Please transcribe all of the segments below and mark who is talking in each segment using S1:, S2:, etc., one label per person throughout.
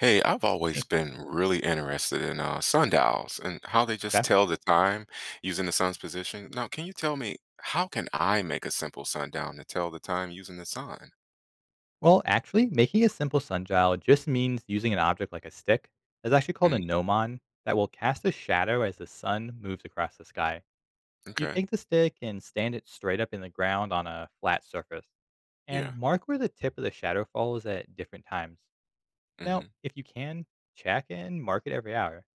S1: Hey, I've always
S2: Interesting.
S1: been really interested in sundials and how they just
S2: Okay.
S1: tell the time using the sun's position. Now, can you tell me how can I make a simple sundown to tell the time using the sun?
S2: Well, actually, making a simple sundial just means using an object like a stick, that's actually called a
S1: Mm,
S2: gnomon, that will cast a shadow as the sun moves across the sky. You
S1: okay.
S2: take the stick and stand it straight up in the ground on a flat surface, and
S1: Yeah.
S2: mark where the tip of the shadow falls at different times. Now,
S1: Hmm.
S2: if you can, check and mark it every hour.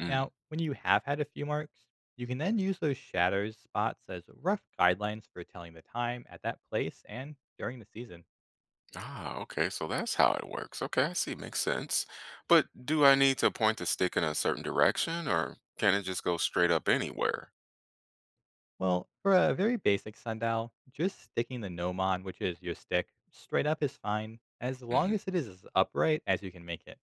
S1: Mm.
S2: Now, when you have had a few marks, you can then use those shadows spots as rough guidelines for telling the time at that place and during the season.
S1: Ah, okay. So that's how it works. Okay, I see. Makes sense. But do I need to point the stick in a certain direction, or can it just go straight up anywhere?
S2: Well, for a very basic sundial, just sticking the gnomon, which is your stick, straight up is fine, as long
S1: Hmm.
S2: as it is as upright as you can make it.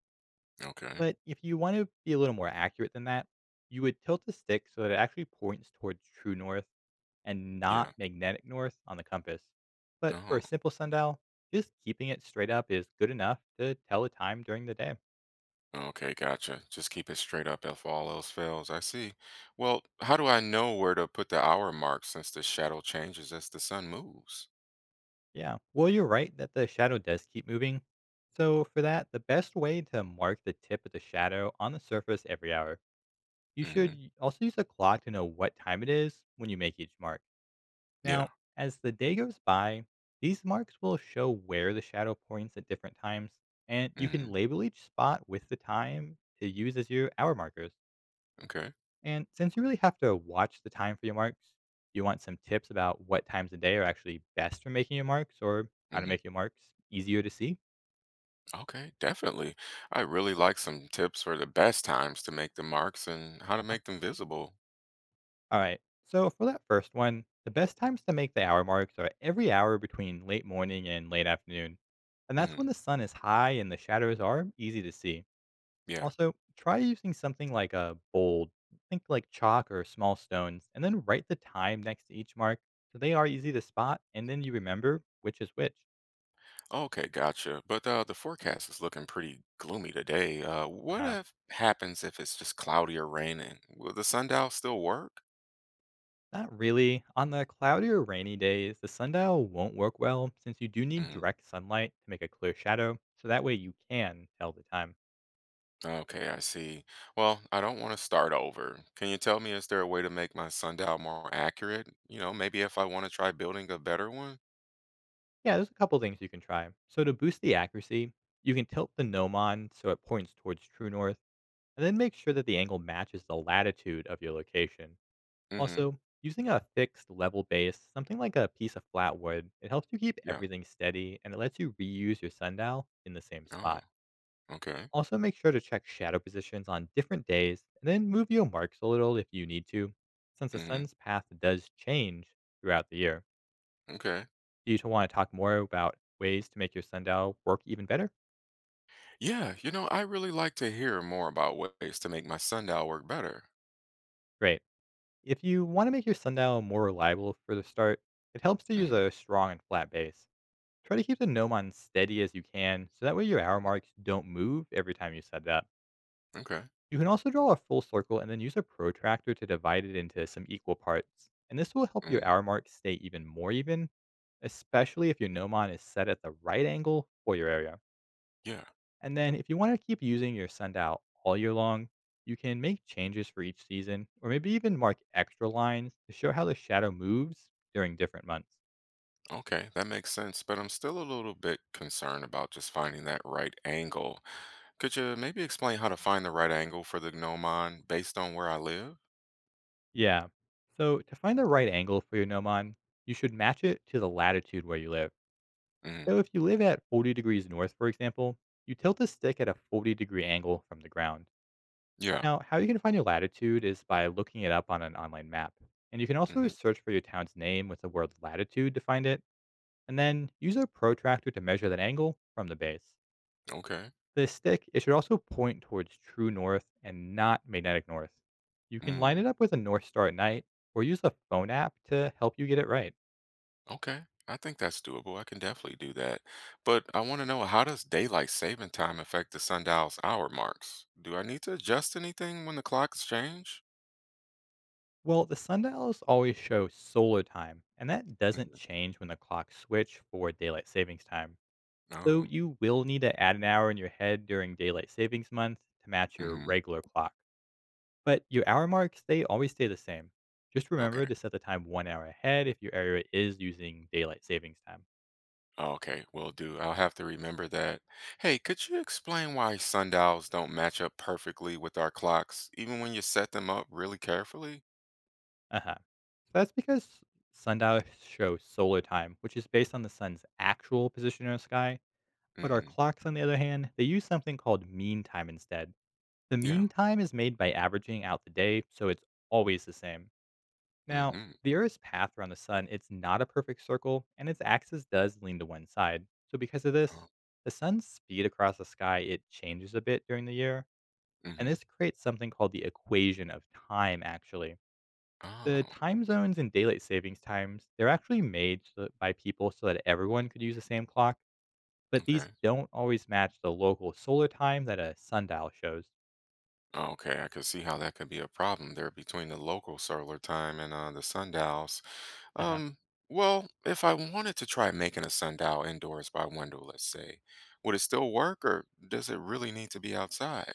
S1: Okay.
S2: But if you want to be a little more accurate than that, you would tilt the stick so that it actually points towards true north and not
S1: Yeah.
S2: magnetic north on the compass. But for a
S1: Oh.
S2: simple sundial, just keeping it straight up is good enough to tell the time during the day.
S1: Okay, gotcha. Just keep it straight up if all else fails. I see. Well, how do I know where to put the hour mark since the shadow changes as the sun moves?
S2: Yeah. Well, you're right that the shadow does keep moving. So, for that, the best way to mark the tip of the shadow on the surface every hour, you should
S1: Mm-hmm.
S2: also use a clock to know what time it is when you make each mark.
S1: Yeah.
S2: Now, as the day goes by, these marks will show where the shadow points at different times, and you
S1: Mm-hmm.
S2: can label each spot with the time to use as your hour markers.
S1: Okay.
S2: And since you really have to watch the time for your marks, do you want some tips about what times of day are actually best for making your marks or how to
S1: Hmm.
S2: make your marks easier to see?
S1: Okay, definitely. I really like some tips for the best times to make the marks and how to
S2: Uh-huh.
S1: make them visible.
S2: All right. So for that first one, the best times to make the hour marks are every hour between late morning and late afternoon. And that's
S1: Hmm.
S2: when the sun is high and the shadows are easy to see.
S1: Yeah.
S2: Also, try using something like a bold, think like chalk or small stones, and then write the time next to each mark so they are easy to spot and then you remember which is which.
S1: Okay, gotcha. But the forecast is looking pretty gloomy today. What
S2: Uh-huh.
S1: if happens if it's just cloudy or raining? Will the sundial still work?
S2: Not really. On the cloudy or rainy days, the sundial won't work well since you do need
S1: Mm-hmm.
S2: direct sunlight to make a clear shadow, so that way you can tell the time.
S1: Okay, I see. Well, I don't want to start over. Can you tell me, is there a way to make my sundial more accurate? You know, maybe if I want to try building a better one?
S2: Yeah, there's a couple things you can try. So to boost the accuracy, you can tilt the gnomon so it points towards true north, and then make sure that the angle matches the latitude of your location.
S1: Mm-hmm.
S2: Also, using a fixed level base, something like a piece of flat wood, it helps you keep
S1: Yeah.
S2: everything steady and it lets you reuse your sundial in the same
S1: Oh,
S2: spot.
S1: okay.
S2: Also, make sure to check shadow positions on different days and then move your marks a little if you need to, since the
S1: Mm-hmm.
S2: sun's path does change throughout the year.
S1: Okay.
S2: Do you want to talk more about ways to make your sundial work even better?
S1: Yeah, you know, I really like to hear more about ways to make my sundial work better.
S2: Great. If you want to make your sundial more reliable for the start, it helps to use
S1: Hmm.
S2: a strong and flat base. Try to keep the gnome on steady as you can so that way your hour marks don't move every time you set it up.
S1: Okay.
S2: You can also draw a full circle and then use a protractor to divide it into some equal parts. And this will help your
S1: Mm,
S2: hour mark stay even more even, especially if your gnomon is set at the right angle for your area.
S1: yeah.
S2: And then if you want to keep using your sundial all year long, you can make changes for each season or maybe even mark extra lines to show how the shadow moves during different months.
S1: Okay, that makes sense, but I'm still a little bit concerned about just finding that right angle. Could you maybe explain how to find the right angle for the gnomon based on where I live?
S2: Yeah. So to find the right angle for your gnomon, you should match it to the latitude where you live.
S1: Mm.
S2: So if you live at 40 degrees north, for example, you tilt a stick at a 40-degree angle from the ground.
S1: Yeah.
S2: Now, how you can find your latitude is by looking it up on an online map. And you can also
S1: Hmm.
S2: search for your town's name with the word latitude to find it, and then use a protractor to measure that angle from the base.
S1: Okay.
S2: The stick, it should also point towards true north and not magnetic north. You can line it
S1: Mm.
S2: up with a north star at night or use a phone app to help you get it right.
S1: Okay. I think that's doable. I can definitely do that. But I want to know how does daylight saving time affect the sundial's hour marks? Do I need to adjust anything when the clocks change?
S2: Well, the sundials always show solar time, and that doesn't
S1: Mhm.
S2: change when the clocks switch for daylight savings time. So
S1: Oh.
S2: you will need to add an hour in your head during daylight savings month to match your
S1: Hmm.
S2: regular clock. But your hour marks, they always stay the same. Just remember
S1: Okay.
S2: to set the time 1 hour ahead if your area is using daylight savings time.
S1: Okay. Will do. I'll have to remember that. Hey, could you explain why sundials don't match up perfectly with our clocks, even when you set them up really carefully?
S2: Uh huh. So that's because sundials show solar time, which is based on the sun's actual position in the sky. But our
S1: Hmm.
S2: clocks, on the other hand, they use something called mean time instead. The
S1: Yeah.
S2: mean time is made by averaging out the day, so it's always the same. Now,
S1: Hmm.
S2: the Earth's path around the sun, it's not a perfect circle, and its axis does lean to one side. So because of this,
S1: Oh.
S2: the sun's speed across the sky, it changes a bit during the year, and
S1: Hmm.
S2: this creates something called the equation of time actually. The
S1: Oh.
S2: time zones and daylight savings times, they're actually made by people so that everyone could use the same clock, but these
S1: Okay.
S2: don't always match the local solar time that a sundial shows.
S1: Okay, I could see how that could be a problem there between the local solar time and the sundials.
S2: Uh-huh.
S1: Um, well, if I wanted to try making a sundial indoors by window, let's say, would it still work, or does it really need to be outside?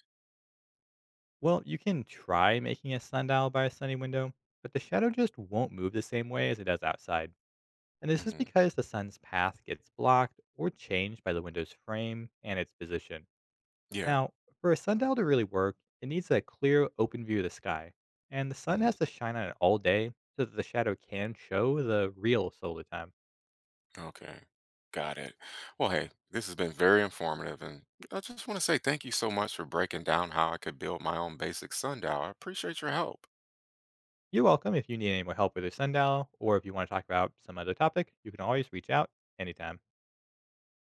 S2: Well, you can try making a sundial by a sunny window, but the shadow just won't move the same way as it does outside. And this is
S1: Hmm.
S2: because the sun's path gets blocked or changed by the window's frame and its position.
S1: Yeah.
S2: Now, for a sundial to really work, it needs a clear, open view of the sky, and the sun
S1: Hmm.
S2: has to shine on it all day so that the shadow can show the real solar time.
S1: Okay. Got it. Well, hey, this has been very informative, and I just want to say thank you so much for breaking down how I could build my own basic sundial. I appreciate your help.
S2: You're welcome. If you need any more help with your sundial, or if you want to talk about some other topic, you can always reach out anytime.